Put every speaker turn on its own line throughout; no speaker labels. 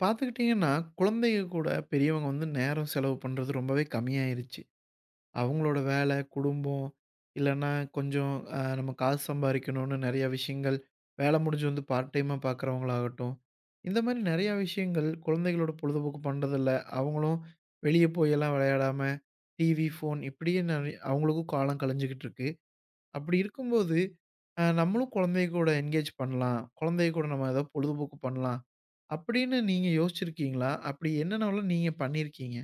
பார்த்துக்கிட்டிங்கன்னா, குழந்தைங்க கூட பெரியவங்க வந்து நேரம் செலவு பண்றது ரொம்பவே கம்மியாயிருச்சு. அவங்களோட வேலை, குடும்பம், இல்லன்னா கொஞ்சம் நம்ம காசு சம்பாரிக்கணும்னு நெறைய விஷயங்கள், வேலை முடிஞ்சு வந்து பார்ட் டைமா பார்க்குறவங்களாகட்டும், இந்த மாரி நெறைய விஷயங்கள் குழந்தைகளோட பொழுதுபோக்கு பண்றதில்ல. அவங்களும் வெளிய போயெல்லாம் விளையாடாம, டிவி, ஃபோன் இப்படியே நெறைய அவங்களுக்கும் காலம் கழிஞ்சுகிட்டு இருக்கு. அப்படி இருக்கும்போது, நம்மளும் குழந்தைய கூட என்கேஜ் பண்ணலாம். குழந்தைய கூட நம்ம ஏதாவது பொழுதுபோக்கு பண்ணலாம். அப்படின்னு நீங்க யோசிச்சிருக்கீங்களா? அப்படி என்னென்னவெல்லாம் நீங்க பண்ணியிருக்கீங்க?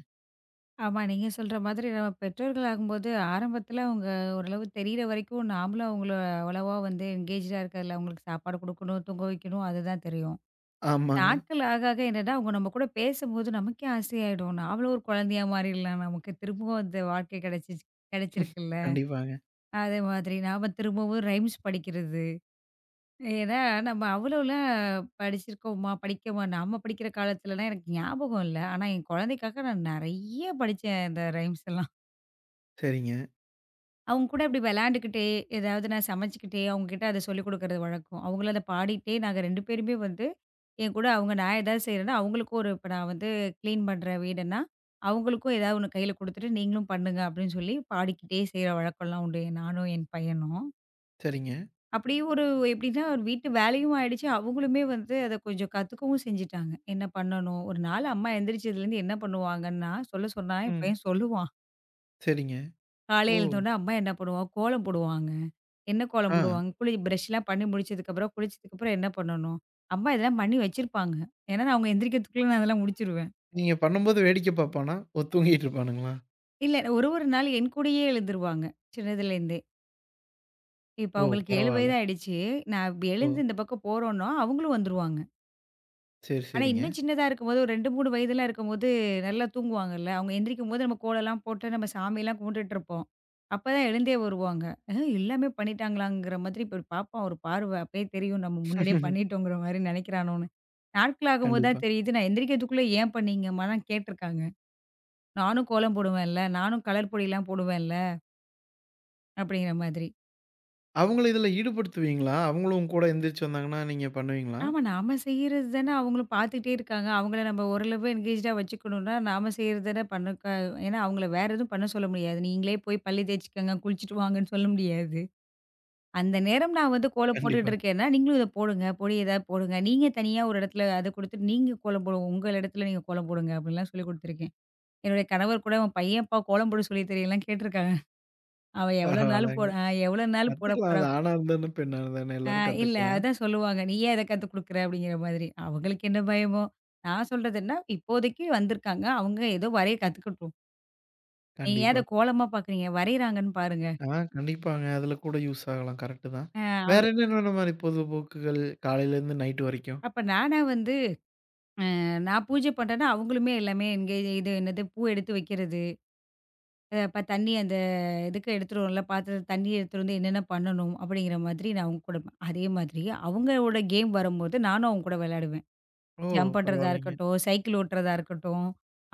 ஆமா. நீங்க சொல்ற மாதிரி நம்ம பெற்றோர்கள் ஆகும்போது, ஆரம்பத்தில அவங்க ஓரளவு தெரியிற வரைக்கும் நாமளும் அவங்கள அவ்வளவா வந்து என்கேஜ்டா இருக்கறதில்ல. அவங்களுக்கு சாப்பாடு குடுக்கணும், தூங்க வைக்கணும் அதுதான் தெரியும்.
ஆமாங்க.
நாட்கள் ஆக ஆக என்னன்னா, அவங்க நம்ம கூட பேசும்போது நமக்கே ஆசையாயிடும். நாமளும் ஒரு குழந்தையா மாறிடலாம். நமக்கு திரும்பவும் அந்த வாழ்க்கை கிடைச்சிருக்குல்ல.
கண்டிப்பாங்க.
அதே மாதிரி நாம திரும்பவும் ரைம்ஸ் படிக்கிறது. ஏன்னா நம்ம அவ்வளோலாம் படிச்சிருக்கோமா, படிக்கோமா நாம படிக்கிற காலத்துலலாம் எனக்கு ஞாபகம் இல்ல. ஆனா என் குழந்தைக்காக நான் நெறைய படிச்சேன் இந்த ரைம்ஸ்லாம்.
சரிங்க,
அவங்க கூட அப்படி விளையாண்டுக்கிட்டே, ஏதாவது நான் சமைச்சுக்கிட்டே, அவங்க கிட்ட அத சொல்லிக் குடுக்குறது வழக்கம். அவங்களும் அத பாடிட்டே நாங்க 2 பேருமே வந்து என் கூட அவங்க நான் ஏதாவது செய்றேன்னா, அவங்களுக்கும் ஒரு இப்ப நான் வந்து கிளீன் பண்றேன் வீடுன்னா, அவங்களுக்கும் ஏதாவது ஒண்ணு கையில குடுத்துட்டு, நீங்களும் பண்ணுங்க அப்படின்னு சொல்லி பாடிக்கிட்டே செய்ற வழக்கம்லாம் உண்டு. நானும் என் பையனும்.
சரிங்க.
அப்படியே ஒரு எப்படின்னா ஒரு வீட்டு வேலையும் ஆயிடுச்சு. அவங்களுமே வந்து அத கொஞ்சம் கத்துக்கவும் செஞ்சுட்டாங்க. என்ன பண்ணணும்? ஒரு நாள் அம்மா எந்திரிச்சதுலேருந்து என்ன பண்ணுவாங்கன்னா, சொல்ல சொன்னா என்
ம்.
பையன் சொல்லுவான்.
சரிங்க. ஓ!
காலையில எழுந்தோனே அம்மா என்ன பண்ணுவா? கோலம் போடுவாங்க. என்ன கோலம்
ஆ.
போடுவாங்க? குளி பிரஷ்லாம் பண்ணி முடிச்சதுக்கப்புறம், குளிச்சதுக்கப்புறம் என்ன பண்ணணும்? அம்மா இதெல்லாம் பண்ணி வச்சிருப்பாங்க. ஏன்னா, நான் அவங்க எந்திரிக்கிறதுக்குள்ள நான் அதெல்லாம் முடிச்சுருவேன்.
நீங்க பண்ணும்போது வேடிக்கை பார்ப்பானா? ஓ! தூங்கிட்டு இருப்பானுங்களா?
இல்ல ஒரு ஒரு நாள் என் கூடயே எழுந்துருவாங்க, சின்னதுலேருந்தே. இப்ப
ஓ!
அவங்களுக்கு 7
பரவால்ல.
வயது ஆயிடுச்சு. நான் இப்ப
ஓ!
எழுந்து இந்த பக்கம் போறோம்ன்னா, அவங்களும் வந்துருவாங்க.
சரி,
ஆனா,
சரிங்க.
இன்னும் சின்னதா இருக்கும்போது ஒரு 2, 3 வயதுலாம் இருக்கும்போது நல்லா தூங்குவாங்கல்ல. அவங்க எந்திரிக்கும்போது நம்ம கோலம்லாம் போட்டு நம்ம சாமிலாம் கும்பிட்டுட்டுருப்போம். அப்பதான் எழுந்தே வருவாங்க. "அ எல்லாமே பண்ணிட்டாங்களாங்கிற" மாதிரி இப்ப பார்ப்பான் ஒரு பார்வை. அப்பயே தெரியும் நம்ம முன்னாடியே பண்ணிட்டோங்கிற மாரி நெனைக்கிறானோன்னு. நாட்களாகும்போது தான்
கண்டிப்பா.
தெரியுது, நான் எந்திரிக்கிறதுக்குள்ள "ஏன் பண்ணீங்கம்மாலாம்?" கேட்டுருக்காங்க. நானும் கோலம் போடுவேன்ல, நானும் கலர் பொடிலாம் போடுவேன்ல, அப்படிங்கிற மாதிரி.
அவங்கள இதுல ஈடுபடுத்துவீங்களா? அவங்களும் உங்க கூட எந்திரிச்சு வந்தாங்கன்னா, நீங்க பண்ணுவீங்களா?
ஆமா. நாம செய்யறது தானே அவங்களும் பார்த்துக்கிட்டே இருக்காங்க. அவங்கள நம்ம ஓரளவு என்கேஜ்டா வச்சுக்கணும்னா, நாம செய்யறது தானே பண்ண க ஏன்னா அவங்கள வேற எதுவும் பண்ண சொல்ல முடியாது. நீங்களே போய் பல்லு தேய்ச்சுக்கங்க, குளிச்சுட்டு வாங்கன்னு சொல்ல முடியாது. அந்த நேரம் நான் வந்து கோலம் போட்டுட்டு
கண்டிப்பா.
இருக்கேன்னா, நீங்களும் இத போடுங்க. பொடி ஏதாவது போடுங்க. நீங்க தனியா ஒரு இடத்துல அத குடுத்துட்டு நீங்க கோலம் போடுங்க. உங்க இடத்துல நீங்க கோலம் போடுங்க அப்படிலாம் சொல்லிக் குடுத்துருக்கேன். என்னுடைய கணவர் கூட, "உன் பையன்ப்பா கோலம் போட சொல்லி தெரியலலாம்" கேட்டுருக்காங்க. அவன் எவ்வளோ நாள் போட
பரவால்லங்க.
அ எவ்வளோ நாள் போட
கத்துக்கலாம்.
போறா?
அது ஆணா இருந்தாலும், பெண்ணா இருந்தாலும்
ஆ
எல்லாரும்
இல்ல.
கத்துக்கலாம்.
அதான் சொல்லுவாங்க. "நீ ஏன் இத கத்துக் குடுக்குற?" அப்படிங்கிற மாதிரி. அவங்களுக்கு என்ன பயமோ? நான் சொல்றதுன்னா, இப்போதைக்கு வந்திருக்காங்க. அவங்க ஏதோ வரைய கத்துக்கட்டும். நீங்க ஏன் அத
கண்டிப்பா.
கோலமா பார்க்குறீங்க? வரையறாங்கன்னு பாருங்க.
ஆ கண்டிப்பாங்க. அதுல கூட யூஸ் ஆகலாம். கரெக்ட்டு தான்.
அ
வேற
அப்படி.
என்னென்ன மாரி பொழுதுபோக்குகள் காலையிலேருந்து நைட் வரைக்கும்?
அப்ப நானா வந்து நான் பூஜை பண்றேன்னா, அவங்களுமே எல்லாமே என்கேஜ் இது இது என்னது பூ எடுத்து வைக்கிறது, அப்ப தண்ணி அந்த இதுக்கு எடுத்துட்டு வருவோம்ல, பாத்திரத்து தண்ணி எடுத்துட்டு வந்து என்னென்ன பண்ணணும் அப்படிங்கிற மாதிரி நான் அவங்க கூட அதே மாதிரி அவங்களோட கேம் வரும்போது நானும் அவங்க கூட விளையாடுவேன்.
ஓ!
ஜம்ப் பண்றதா
பரவாயில்லைங்க.
இருக்கட்டும், சைக்கிள் ஓட்டுறதா இருக்கட்டும்,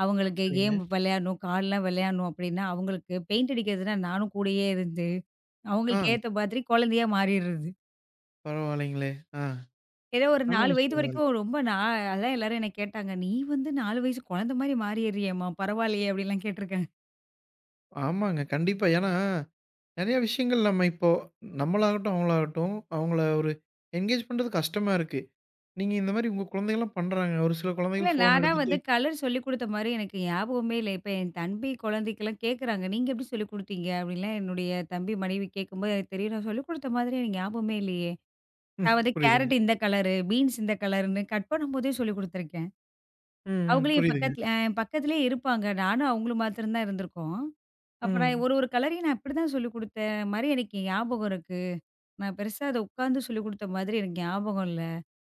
அவங்களுக்கு கேம்
சரிங்க.
விளையாடணும், கார்லாம் விளையாடணும் அப்படின்னா, அவங்களுக்கு பெயிண்ட் அடிக்கிறதுனா நானும் கூடயே இருந்து,
ஆ
அவங்களுக்கு ஏத்த மாதிரி குழந்தையா மாறிடுறது.
பரவாயில்லைங்களே! ஆ
ஏதோ ஒரு
நல்ல
4 வயது
விஷயமா
வரைக்கும்
இருக்கு.
ரொம்ப நான் அதான் எல்லாரும் என்ன கேட்டாங்க, "நீ வந்து 4 வயசு குழந்தை மாரி மாறிடுறியேம்மா, பரவாயில்லையே!" அப்படிலாம் கேட்டுருக்காங்க.
ஆமாங்க. கண்டிப்பா. ஏன்னா, நெறைய விஷயங்கள் நம்ம இப்போ நம்மளாகட்டும், அவங்களாகட்டும் அவங்கள ஒரு என்கேஜ் பண்றது கஷ்டமா இருக்கு. நீங்க இந்த மாரி உங்க குழந்தைகள்லாம் பண்றாங்க. ஒரு சில
இல்ல
குழந்தைகள் ஃபோன்
நானா
எடுத்துட்டு
வந்து கலர் சொல்லிக் குடுத்த மாரி எனக்கு ஞாபகமே இல்ல. இப்ப என் தம்பி குழந்தைக்கெல்லாம் கேட்குறாங்க, "நீங்க எப்படி சொல்லிக் குடுத்தீங்க?" அப்படின்லாம் என்னுடைய தம்பி மனைவி கேட்கும்போது எனக்கு தெரியும். நான் சொல்லிக் குடுத்த மாதிரி எனக்கு ஞாபகமே இல்லையே!
ம்
நான் வந்து
புரியுதுங்க.
கேரட் இந்த கலரு, பீன்ஸ் இந்த கலருன்னு கட் பண்ணும்போதே சொல்லிக் குடுத்துருக்கேன்.
ம், ம்.
அவங்களே என்
புரியுதுங்க.
பக்கத்துல அ என் பக்கத்துலயே இருப்பாங்க. நானும் அவங்களும் மாத்திரம் தான் இருந்திருக்கோம். அப்ப நான்
ம்.
ஒரு ஒரு கலரையும் நான் இப்படிதான் சொல்லிக் குடுத்த மாரி எனக்கு ஞாபகம் இருக்கு. நான் பெருசா அத உட்கார்ந்து சொல்லிக் குடுத்த மாதிரி எனக்கு ஞாபகம் இல்ல.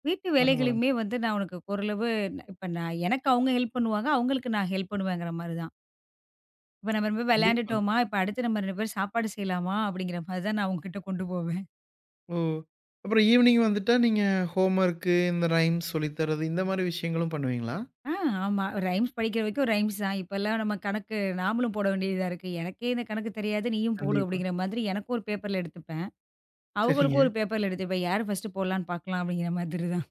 வீட்டு
பரவால்ல.
வேலைகளையுமே வந்து நான் உனக்கு இப்ப நான் எனக்கு அவங்க ஹெல்ப் பண்ணுவாங்க. அவங்களுக்கு நான் ஹெல்ப் பண்ணுவேங்கிற மாரி தான். இப்ப நம்ம ரொம்ப
கண்டிப்பா.
விளையாண்டுட்டோமா, இப்ப அடுத்து நம்ம 2 பேரும் சாப்பாடு செய்யலாமா அப்படிங்கிற மாரி தான் நான் அவங்ககிட்ட கொண்டு போவேன்.
ஓ! அப்புறம் ஈவினிங் வந்துட்டா நீங்க ஹோம் வொர்க்கு, இந்த ரைம்ஸ் சொல்லி தர்றது, இந்த மாரி விஷயங்களும் பண்ணுவீங்களா?
ஆ, ஆமா. ரைம்ஸ் படிக்கிற வரைக்கும் ரைம்ஸ் தான். இப்பல்லாம் நம்ம கணக்கு நாமளும் போட வேண்டியதா இருக்கு. "எனக்கே இந்த கணக்கு தெரியாது, நீயும் போடு"
கண்டிப்பா.
அப்படிங்கிற மாதிரி எனக்கும் ஒரு பேப்பர்ல எடுத்துப்பேன்.
சரிங்க.
அவங்களுக்கும் ஒரு பேப்பர்ல எடுத்துப்பேன். யார் ஃபர்ஸ்ட்டு போடலான்னு பார்க்கலாம் அப்படிங்கிற மாதிரி தான்.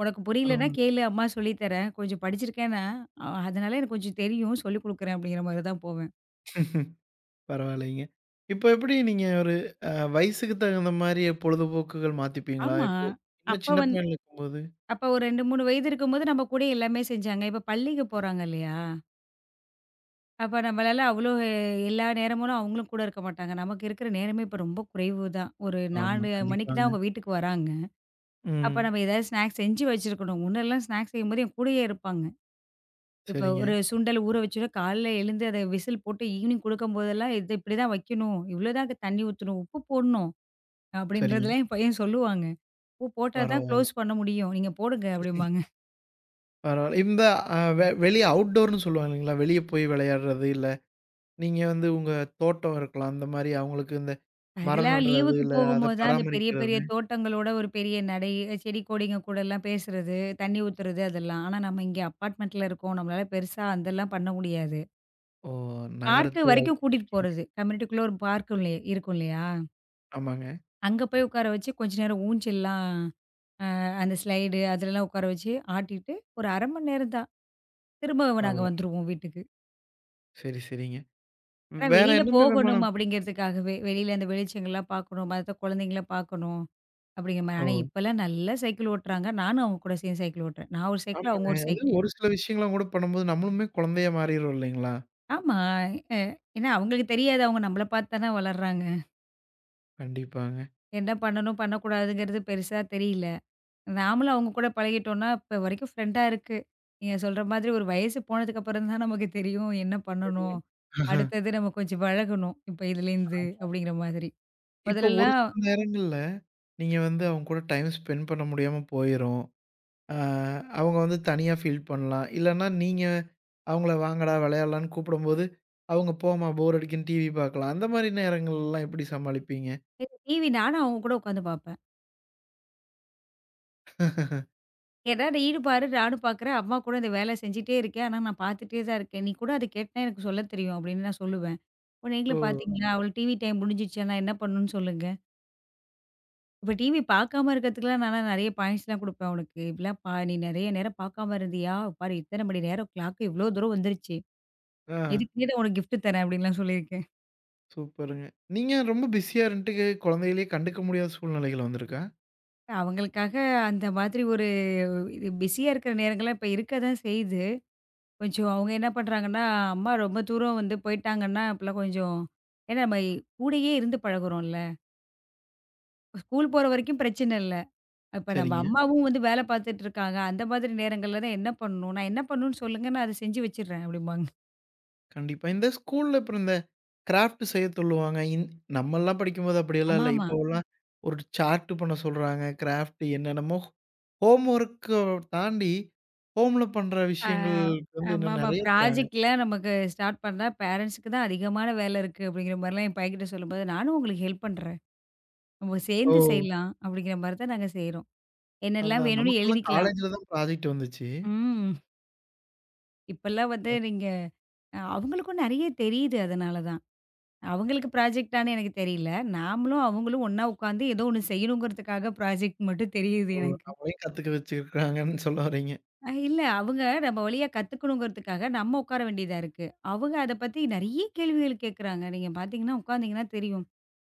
"உனக்கு புரியலன்னா
பரவால்ல,
கேளு, அம்மா சொல்லித் தரேன். கொஞ்சம் படிச்சிருக்கேன்னா, அதனால எனக்கு கொஞ்சம் தெரியும். சொல்லிக் குடுக்குறேன்" அப்படிங்கிற மாரி தான் போவேன்.
பரவால்லைங்க. இப்ப எப்படி நீங்க ஒரு வயசுக்கு தகுந்த மாரி பொழுதுபோக்குகள் மாத்திப்பீங்களா?
ஆமா.
இப்போ இன்னும்
அப்ப
சின்ன
வந்
பையன் இருக்கும்போது?
அப்ப ஒரு 2, 3 வயது இருக்கும்போது நம்ம கூட எல்லாமே செஞ்சாங்க. இப்ப பள்ளிக்கு போறாங்க இல்லையா? அப்ப நம்மளால அவ்வளோ எல்லா நேரமும் அவங்களும் கூட இருக்க மாட்டாங்க. நமக்கு இருக்கிற நேரமே இப்ப ரொம்ப குறைவு தான். ஒரு
ஆமா,
4 மணிக்கு தான்
கண்டிப்பாங்க.
அவங்க வீட்டுக்கு வராங்க. அப்ப
ம்.
நம்ம ஏதாவது ஸ்நாக்ஸ் செஞ்சு வச்சிருக்கணும். முன்னெல்லாம் ஸ்நாக்ஸ் செய்யும்போது என் கூடயே இருப்பாங்க. இப்ப
சரிங்க,
ஒரு சுண்டல் ஊற வச்சோன்னா காலைல எழுந்து அத விசில் போட்டு ஈவினிங் குடுக்கும்போதெல்லாம் இது இப்படிதான் வைக்கணும். இவ்வளோதான் தண்ணி ஊத்தணும். உப்பு போடணும்.
சரிங்க.
அப்படின்றதெல்லாம் என் பையன் சொல்லுவாங்க. உப்பு போட்டா தான்
பரவால்ல,
க்ளோஸ் பண்ண முடியும். நீங்க போடுங்க அப்படிம்பாங்க.
பரவால்ல. இந்த அ வெ வெளிய அவுட்டோர்ன்னு சொல்லுவாங்க இல்லைங்களா? வெளிய போய் விளையாடுறது, இல்ல நீங்க வந்து உங்க தோட்டம் இருக்கலாம். அந்த மாரி அவங்களுக்கு இந்த மரம்
அதெல்லாம்
நடுறது,
லீவுக்கு
இல்ல அத
போகும்போது தான், அந்த பெரிய பெரிய
பராமரிக்கிறது.
தோட்டங்களோட ஒரு பெரிய நடை, செடி கொடிங்க கூடலாம் பேசுறது, தண்ணி ஊத்துறது அதெல்லாம். ஆனா நம்ம இங்க அப்பார்ட்மெண்ட்ல இருக்கோம். நம்மளால பெருசா அதெல்லாம் பண்ண முடியாது.
ஓ!
பார்க்கு
நகரத்து
வரைக்கும்
வாழ்க்கையில
கூட்டிட்டு
இருக்கீங்க.
போறது. கம்யூனிட்டிக்குள்ள ஒரு பார்க் இல்ல இருக்கும் இல்லையா?
ஆமாங்க.
அங்க போய் உட்கார வச்சு கொஞ்ச நேரம் ஊஞ்சல்லாம், அந்த ஸ்லைடு அதுலலாம் உட்கார வச்சு ஆட்டிட்டு, ஒரு 1/2 மணி நேரம் தான். திரும்ப நாங்க
பரவால்ல.
வந்துருவோம் வீட்டுக்கு.
சரி, சரிங்க.
ஆனா
வேற
வெளியில
என்ன விதமான
போகணும் அப்படிங்கிறதுக்காகவே, வெளியில அந்த வெளிச்சங்கள்லாம் பார்க்கணும், மத்த குழந்தைங்கள பார்க்கணும் அப்படிங்கிற மாரி.
ஓ!
ஆனா இப்பலாம் நல்லா சைக்கிள் ஓட்டுறாங்க. நானும் அவங்க கூட சேர்ந்து சைக்கிள் ஓட்டுறேன். நான் ஒரு சைக்கிள், அவங்க
ஆமாங்க.
ஒரு
அது
சைக்கிள்.
ஒரு சில விஷயங்கள்லாம் கூட பண்ணும்போது நம்மளுமே குழந்தையா மாறிர்றோம் இல்லைங்களா?
ஆமா. அ ஏன்னா அவங்களுக்கு தெரியாது. அவங்க நம்மள பார்த்து தானே வளர்றாங்க.
கண்டிப்பாங்க.
என்ன பண்ணணும், பண்ணக்கூடாதுங்கிறது பெருசா தெரியல. நாமளும் அவங்க கூட பழகிட்டோம்னா, இப்ப வரைக்கும் ஃப்ரெண்டா இருக்கு. நீங்க சொல்ற மாதிரி ஒரு வயசு போனதுக்கு அப்புறம் தான் நமக்கு தெரியும் என்ன பண்ணணும்.
தெரியும். இப்போ
அடுத்தது நம்ம கொஞ்சம் பழகணும். இப்ப இதுலேருந்து அப்படிங்கிற மாதிரி.
ஒரு
முதலலாம்
சில நேரங்கள்ல, நீங்க வந்து அவங்க கூட டைம் ஸ்பெண்ட் பண்ண முடியாம போயிரும். அ அவங்க வந்து தனியா ஃபீல் பண்ணலாம். இல்லன்னா நீங்க அவங்கள வாங்கடா விளையாடலான்னு கூப்பிடும்போது, அவங்க போம்மா போர் அடிக்குதுன்னு டிவி பார்க்கலாம். அந்த மாரி நேரங்கள்லாம் எப்படி சமாளிப்பீங்க?
டிவி நானும் அவங்க கூட உட்காந்து பார்ப்பேன். கேட்டா நீனு பாரு, நானும் பார்க்குறேன். அம்மா கூட இந்த வேலை செஞ்சுட்டே இருக்கேன். ஆனா நான் பார்த்துட்டே தான் இருக்கேன். நீ கூட அத கேட்டனா எனக்கு சொல்ல தெரியும் அப்படின்னு நான் சொல்லுவேன். அப்ப
ஓ!
நீங்களும் பார்த்தீங்களா? அவளுக்கு டிவி டைம் முடிஞ்சிருச்சு. நான் என்ன பண்ணணும்னு சொல்லுங்க. இப்ப டிவி பார்க்காம இருக்கிறதுக்குலாம் நான்லாம் நெறைய பாயிண்ட்ஸ்லாம் குடுப்பேன் அவளுக்கு. இப்படிலாம் பா நீ நெறைய நேரம் பார்க்காம இருந்தியா? பாரு இத்தன மணி நேரம் கிளாக் இவ்ளோ தூரம் வந்துருச்சு.
ஆ.
இதுக்குன்னே நான் உனக்கு கிஃப்ட் தரேன் அப்படின்லாம் சொல்லியிருக்கேன்.
சூப்பருங்க. நீங்க ரொம்ப பிஸியா இருந்துட்டு குழந்தைகளையே கண்டுக்க முடியாத சூழ்நிலைகள் வந்திருக்கா?
அவங்களுக்காக அந்த மாதிரி ஒரு இது பிஸியா இருக்கிற நேரங்கள்லாம் இப்ப இருக்க தான் செய்யுது. கொஞ்சம் அவங்க என்ன பண்றாங்கன்னா, அம்மா ரொம்ப தூரம் வந்து போயிட்டாங்கன்னா, அப்பலாம் கொஞ்சம் ஏன்னா நம்ம கூடயே இருந்து பழகுறோம்ல. ஸ்கூல் போற வரைக்கும் பிரச்சனை இல்ல. இப்ப நம்ம
சரிங்க.
அம்மாவும் வந்து வேலை பார்த்துட்டு இருக்காங்க. அந்த மாதிரி நேரங்கள்ல தான் என்ன பண்ணணும்? நான் என்ன பண்ணணும்னு சொல்லுங்க, நான் அத செஞ்சு வச்சுடுறேன் அப்படிம்பாங்க.
கண்டிப்பா, இந்த ஸ்கூல்ல அப்புறம் இந்த கிராஃப்ட் செய்ய சொல்லுவாங்க. நம்மலாம் படிக்கும்போது அப்படியெல்லாம் இல்ல.
ஆமாமா.
இப்போலாம் ஒரு சார்ட் பண்ண சொல்றாங்க. கிராஃப்ட் என்னென்னமோ ஹோம் ஒர்க்க தாண்டி, ஹோம்ல பண்ற
ஆ
விஷயங்களுக்கு வந்து இன்னும்
ஆமாமா.
நெறைய தராங்க.
ப்ராஜெக்ட்லாம் நமக்கு ஸ்டார்ட் பண்ணா பேரண்ட்ஸ்க்கு தான் அதிகமான வேலை இருக்கு அப்படிங்கிற மாரிலாம் என் பையன்கிட்ட சொல்லும்போது, நானும் உங்களுக்கு ஹெல்ப் பண்றேன். நம்ம
ஓ!
சேர்ந்து செய்யலாம் அப்படிங்கிற மாரி தான் நாங்க செய்றோம். என்னெல்லாம்
அதான்
வேணும்னு
நமக்கெல்லாம்
எழுதிக்கலாம்.
காலேஜ்ல தான் ப்ராஜெக்ட் வந்துச்சு.
ம். இப்பல்லாம் வந்து நீங்க அவங்களுக்கும் நெறைய தெரியுது அதனால தான். அவங்களுக்கு ப்ராஜெக்ட்டான்னு எனக்கு தெரியல. நாமளும் அவங்களும் ஒண்ணா உட்காந்து ஏதோ ஒண்ணு செய்யணுங்கிறதுக்காக ப்ராஜெக்ட் மட்டும் தெரியுது
அப்போ
எனக்கு.
நம்மளையும் கத்துக்க வச்சிருக்காங்கன்னு சொல்ல வர்றீங்க.
இல்ல அவங்க நம்ம வழியா கத்துக்கணுங்கிறதுக்காக நம்ம உட்கார வேண்டியதா இருக்கு. அவங்க அத பத்தி நெறைய கேள்விகள் கேட்கறாங்க. நீங்க பார்த்தீங்கன்னா, உட்காந்தீங்கன்னா தெரியும்.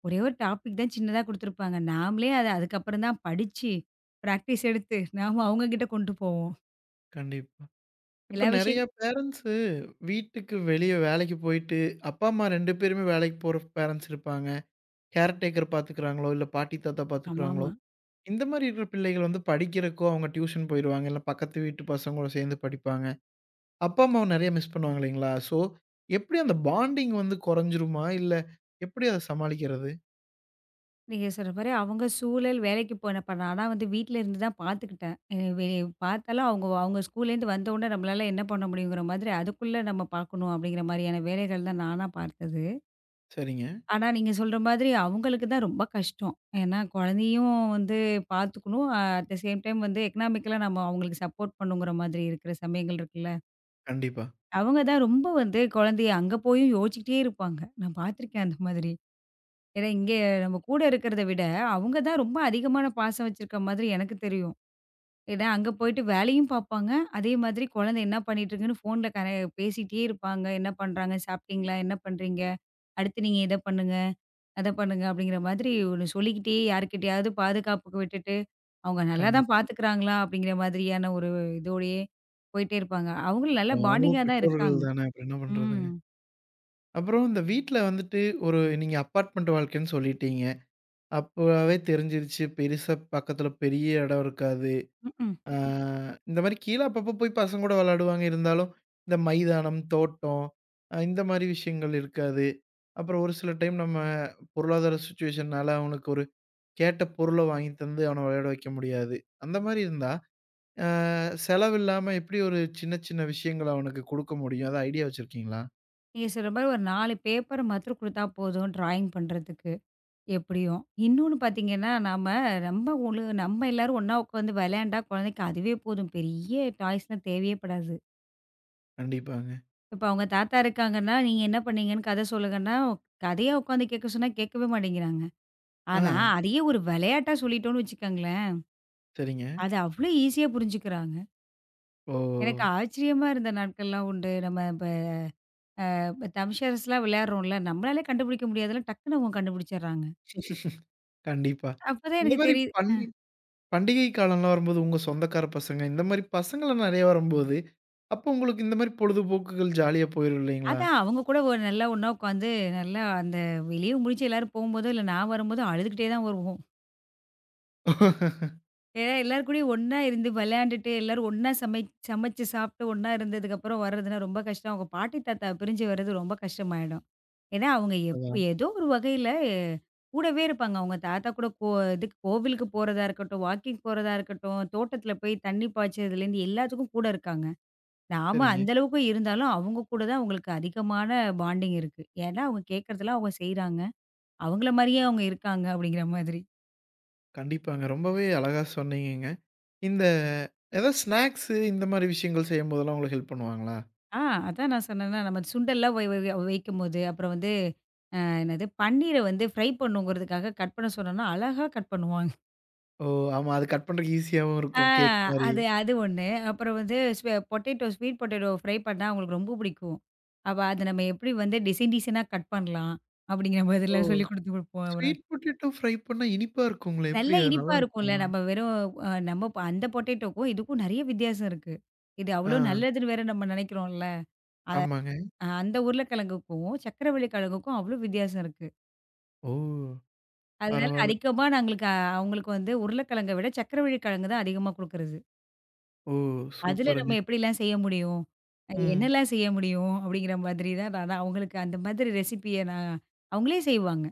ஒரே ஒரு டாபிக் தான் சின்னதா குடுத்துருப்பாங்க. நாமளே அத அதுக்கப்புறம் தான் படிச்சு, பிராக்டிஸ் எடுத்து நாம அவங்க கிட்ட கொண்டு போவோம்.
கண்டிப்பா. இப்ப
எல்லா
நெறைய
விஷயம்
பேரண்ட்ஸ் வீட்டுக்கு வெளிய வேலைக்கு போயிட்டு, அப்பா, அம்மா 2 பேருமே வேலைக்கு போற பேரண்ட்ஸ் இருப்பாங்க. கேர் டேக்கர் பார்த்துக்கிறாங்களோ, இல்ல பாட்டி, தாத்தா பார்த்துக்கிறாங்களோ,
ஆமாமா.
இந்த மாரி இருக்கிற பிள்ளைகள் வந்து படிக்கிறக்கோ அவங்க டியூஷன் போயிருவாங்க. இல்ல பக்கத்து வீட்டு பசங்களோட சேர்ந்து படிப்பாங்க. அப்பா, அம்மாவ நெறைய மிஸ் பண்ணுவாங்க இல்லைங்களா? ஸோ, எப்படி அந்த பாண்டிங் வந்து குறைஞ்சிருமா? இல்ல எப்படி அத சமாளிக்கிறது?
நீங்க சொல்ற மாரி அவங்க சூழல் வேலைக்கு போன இப்ப நானா வந்து வீட்ல இருந்து தான் பார்த்துக்கிட்டேன். அ வெ பார்த்தாலும் அவங்க அவங்க ஸ்கூல்லேருந்து வந்தவுடனே நம்மளால என்ன பண்ண முடியுங்கிற மாதிரி, அதுக்குள்ள நம்ம பார்க்கணும் அப்படிங்கிற மாதிரியான வேலைகள் தான் நானா பார்த்தது.
சரிங்க.
ஆனா நீங்க சொல்ற மாதிரி அவங்களுக்கு தான் ரொம்ப கஷ்டம். ஏன்னா குழந்தையும் வந்து பார்த்துக்கணும். அட் த சேம் டைம் வந்து எக்கனாமிக்கலா நம்ம அவங்களுக்கு சப்போர்ட் பண்ணுங்கிற மாதிரி இருக்கிற சமயங்கள் இருக்குல்ல.
கண்டிப்பா,
அவங்க தான் ரொம்ப வந்து குழந்தைய அங்க போயும் யோசிச்சுக்கிட்டே இருப்பாங்க. நான் பார்த்துருக்கேன் அந்த மாதிரி. ஏன்னா, இங்கே நம்ம கூட இருக்கிறத விட, அவங்க தான் ரொம்ப அதிகமான பாசம் வச்சிருக்க மாதிரி எனக்கு தெரியும். ஏன்னா, அங்க போயிட்டு வேலையும் பார்ப்பாங்க. அதே மாதிரி குழந்தை என்ன பண்ணிட்டுருக்குன்னு ஃபோன்ல கர பேசிட்டே இருப்பாங்க. என்ன பண்றாங்க? சாப்பிட்டீங்களா? என்ன பண்றீங்க? அடுத்து நீங்க இத பண்ணுங்க, அத பண்ணுங்க அப்படிங்கிற மாதிரி ஒண்ணு சொல்லிக்கிட்டே யார்கிட்டயாவது பாதுகாப்புக்கு விட்டுட்டு, அவங்க நல்லா தான்
கண்டிப்பா.
பார்த்துக்கிறாங்களா? அப்படிங்கிற மாதிரியான ஒரு இதோடயே போயிட்டே இருப்பாங்க. அவங்களும் நல்ல
அப்புறம் அவங்களும்
பாண்டிங்கா தான் இருக்காங்க.
பெற்றோர்கள் தானே. அப்புறம் என்ன
ம்.
பண்றதுங்க? அப்புறம் இந்த வீட்ல வந்துட்டு ஒரு நீங்க அபார்ட்மெண்ட் வாழ்க்கைன்னு சொல்லிட்டீங்க. அப்பவே தெரிஞ்சிருச்சு. பெருசா பக்கத்துல பெரிய இடம் இருக்காது.
ம்ஹ்ம்.
ஆ ம். இந்த மாரி கீழ அப்பப்போ போய் பசங்க கூட விளையாடுவாங்க. இருந்தாலும், இந்த மைதானம், தோட்டம் இந்த மாரி விஷயங்கள் இருக்காது. அப்புறம் ஒரு சில டைம் நம்ம பொருளாதார சிச்சுவேஷன்னால அவனுக்கு ஒரு கேட்ட பொருள வாங்கி தந்து அவன விளையாட வைக்க முடியாது. அந்த மாரி இருந்தா, அ செலவில்லாம எப்படி ஒரு சின்ன சின்ன விஷயங்கள அவனுக்கு குடுக்க முடியும்? அது ஐடியா வச்சிருக்கீங்களா?
நீங்க சொல்ற மாரி ஒரு 4 பேப்பர் மாத்திரம் குடுத்தா போதும் ட்ராயிங் பண்றதுக்கு. எப்படியும். இன்னொன்னு பார்த்தீங்கன்னா, நாம ரொம்ப ஒரு நம்ம எல்லாரும் ஒண்ணா உட்காந்து விளையாண்டா குழந்தைக்கு அதுவே போதும். பெரிய டாய்ஸ்லாம் தேவையே படாது.
கண்டிப்பாங்க.
இப்ப அவங்க தாத்தா இருக்காங்கன்னா, "நீங்க என்ன பண்ணீங்கன்னு கதை சொல்லுங்கன்னா" கதையா உட்காந்து கேட்க சொன்னா கேட்கவே மாட்டேங்கிறாங்க.
ஆ
ஆனா, அதையே ஒரு விளையாட்டா சொல்லிட்டோம்னு வச்சுக்கோங்களேன்,
சரிங்க.
அத அவ்ளோ ஈஸியா புரிஞ்சுக்கிறாங்க.
ஓ!
எனக்கு ஆச்சரியமா இருந்த நாட்கள்லாம் உண்டு. நம்ம இப்ப இப்ப தம்ஷேர்ஸ்லாம் விளையாடுறோம்ல, நம்மளாலே கண்டுபிடிக்க முடியாதெல்லாம் டக்குனு அவங்க கண்டுபிடிச்சிடுறாங்க.
கண்டிப்பா.
அப்பதான்
இந்த
எனக்கு
மாரி
தெரியுது
பண்டிகை காலம்லாம் வரும்போது, உங்க சொந்தக்கார பசங்க, இந்த மாரி பசங்கலாம் நெறைய வரும்போது, அப்போ உங்களுக்கு இந்த மாரி பொழுதுபோக்குகள் ஜாலியா போயிரும் இல்லைங்களா?
அதான் அவங்க கூட ஒரு நல்லா ஒண்ணா உட்காந்து, நல்லா அந்த வெளிய முடிச்சு எல்லாரும் போம்போதோ, இல்ல நான் வரும்போதோ அழுதுகிட்டே தான் வருவோம். ஏன்னா எல்லார் கூடயும் ஒண்ணா இருந்து விளையாண்டுட்டு, எல்லாரும் ஒண்ணா சமைச்சு சாப்பிட்டு ஒண்ணா இருந்ததுக்கப்புறம் வர்றதுன்னா ரொம்ப கஷ்டம். அவங்க பாட்டி, தாத்தா பிரிஞ்சு வர்றது ரொம்ப கஷ்டமாயிடும். ஏன்னா அவங்க எப்
அதான்.
ஏதோ ஒரு வகையில கூடவே இருப்பாங்க. அவங்க தாத்தா கூட கோ இதுக்கு கோவிலுக்கு போறதா இருக்கட்டும், வாக்கிங் போறதா இருக்கட்டும், தோட்டத்தில போய் தண்ணி பாய்ச்சறதுலேருந்து எல்லாத்துக்கும் கூட இருக்காங்க. நாம
சரிங்க.
அந்த அளவுக்கு இருந்தாலும், அவங்க கூட தான் உங்களுக்கு அதிகமான பாண்டிங் இருக்கு. ஏன்னா, அவங்க கேட்கறதெல்லாம் அவங்க செய்றாங்க. அவங்கள மாரியே அவங்க இருக்காங்க அப்படிங்கிற மாதிரி.
கண்டிப்பாங்க. ரொம்பவே அழகா சொன்னீங்கங்க. இந்த ஏதாவது ஸ்நாக்ஸு இந்த மாரி விஷயங்கள் செய்யும்போதெல்லாம் உங்களுக்கு ஹெல்ப் பண்ணுவாங்களா?
ஆ அதான் நான் சொன்னேன்னா, நம்ம சுண்டெல்லாம் வை வை வைக்கும்போது, அப்புறம் வந்து என்னது பன்னீர வந்து ஃப்ரை பண்ணுங்கிறதுக்காக கட் பண்ண சொன்னோம்னா, அழகா கட் பண்ணுவாங்க.
ஓ! ஆமா. அது கட் பண்றதுக்கு ஈஸியாவும்
ஆ
இருக்கும். கேக் மாரி.
அது அது ஒண்ணு. அப்புறம் வந்து பொட்டேட்டோ, ஸ்வீட் பொட்டேட்டோ ஃப்ரை பண்ணா அவங்களுக்கு ரொம்ப பிடிக்கும். அப்ப அத நம்ம எப்படி வந்து டிசைன் டிசைனா கட் பண்ணலாம், அப்படிங்கிற
ஓ!
மாதிரிலாம் சொல்லிக் குடுத்து குடுப்போம்.
ஸ்வீட் பொட்டேட்டோ ஃப்ரை பண்ணா இனிப்பா இருக்குங்களே!
நல்ல
எப்படி அது
இனிப்பா இருக்கும்ல.
நல்லாருக்குமா?
நம்ம வெறும் அந்த பொட்டேட்டோக்கும், இதுக்கும் நெறைய வித்தியாசம் இருக்கு. இது
ஆ.
அவ்ளோ நல்லதுன்னு வேற நம்ம நெனைக்கிறோம்ல. அ
ஆமாங்க.
அந்த உருளைக்கிழங்குக்கும், சர்க்கரைவள்ளி கிழங்குக்கும் அவ்ளோ வித்தியாசம் இருக்கு.
ஓ!
அதனால
பரவால்ல.
அதிகமா நாங்களுக்கு அவங்களுக்கு வந்து உருளைக்கிழங்க விட சர்க்கரைவள்ளி கிழங்கு தான் அதிகமா குடுக்குறது.
ஓ!
அதுல நம்ம
சூப்பருங்க.
எப்படிலாம் செய்ய முடியும்?
ம்.
என்னலாம் செய்ய முடியும்? அப்படிங்கிற மாதிரி தான் நான் நான் அவங்களுக்கு அந்த மாதிரி ரெசிபிய நான் அவங்களே செய்வாங்க.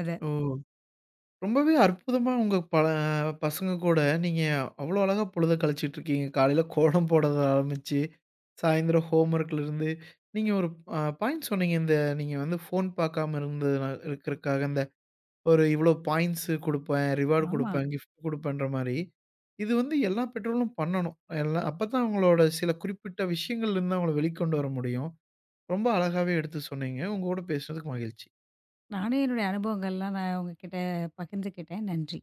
அத.
ஓ! ரொம்பவே அற்புதமா உங்க பல பசங்க கூட நீங்க அவ்வளோ அழகா பொழுத கழிச்சிட்டு இருக்கீங்க. காலையில கோலம் போடுறத ஆரம்பிச்சு, சாயந்தரம் ஹோம்வொர்க்ல இருந்து, நீங்க ஒரு பாயிண்ட் சொன்னீங்க. இந்த நீங்க வந்து ஃபோன் பார்க்காம இருந்ததுனா இருக்கிறதுக்காக இந்த ஒரு இவ்வளோ பாயிண்ட்ஸு குடுப்பேன், ரிவார்ட்
ஆமா.
குடுப்பேன், கிஃப்ட் குடுப்பேன்ற மாரி. இது வந்து எல்லா பெற்றோர்களும் பண்ணணும். எல்லாம் அப்பதான் அவங்களோட சில குறிப்பிட்ட விஷயங்கள்லேருந்து அவங்கள வெளிக்கொண்டு வர முடியும். ரொம்ப அழகாவே எடுத்து சொன்னீங்க. உங்க கூட பேசுனதுக்கு மகிழ்ச்சி.
நானும் என்னுடைய அனுபவங்கள்லாம் நான் உங்ககிட்ட பகிர்ந்துக்கிட்டேன். நன்றி.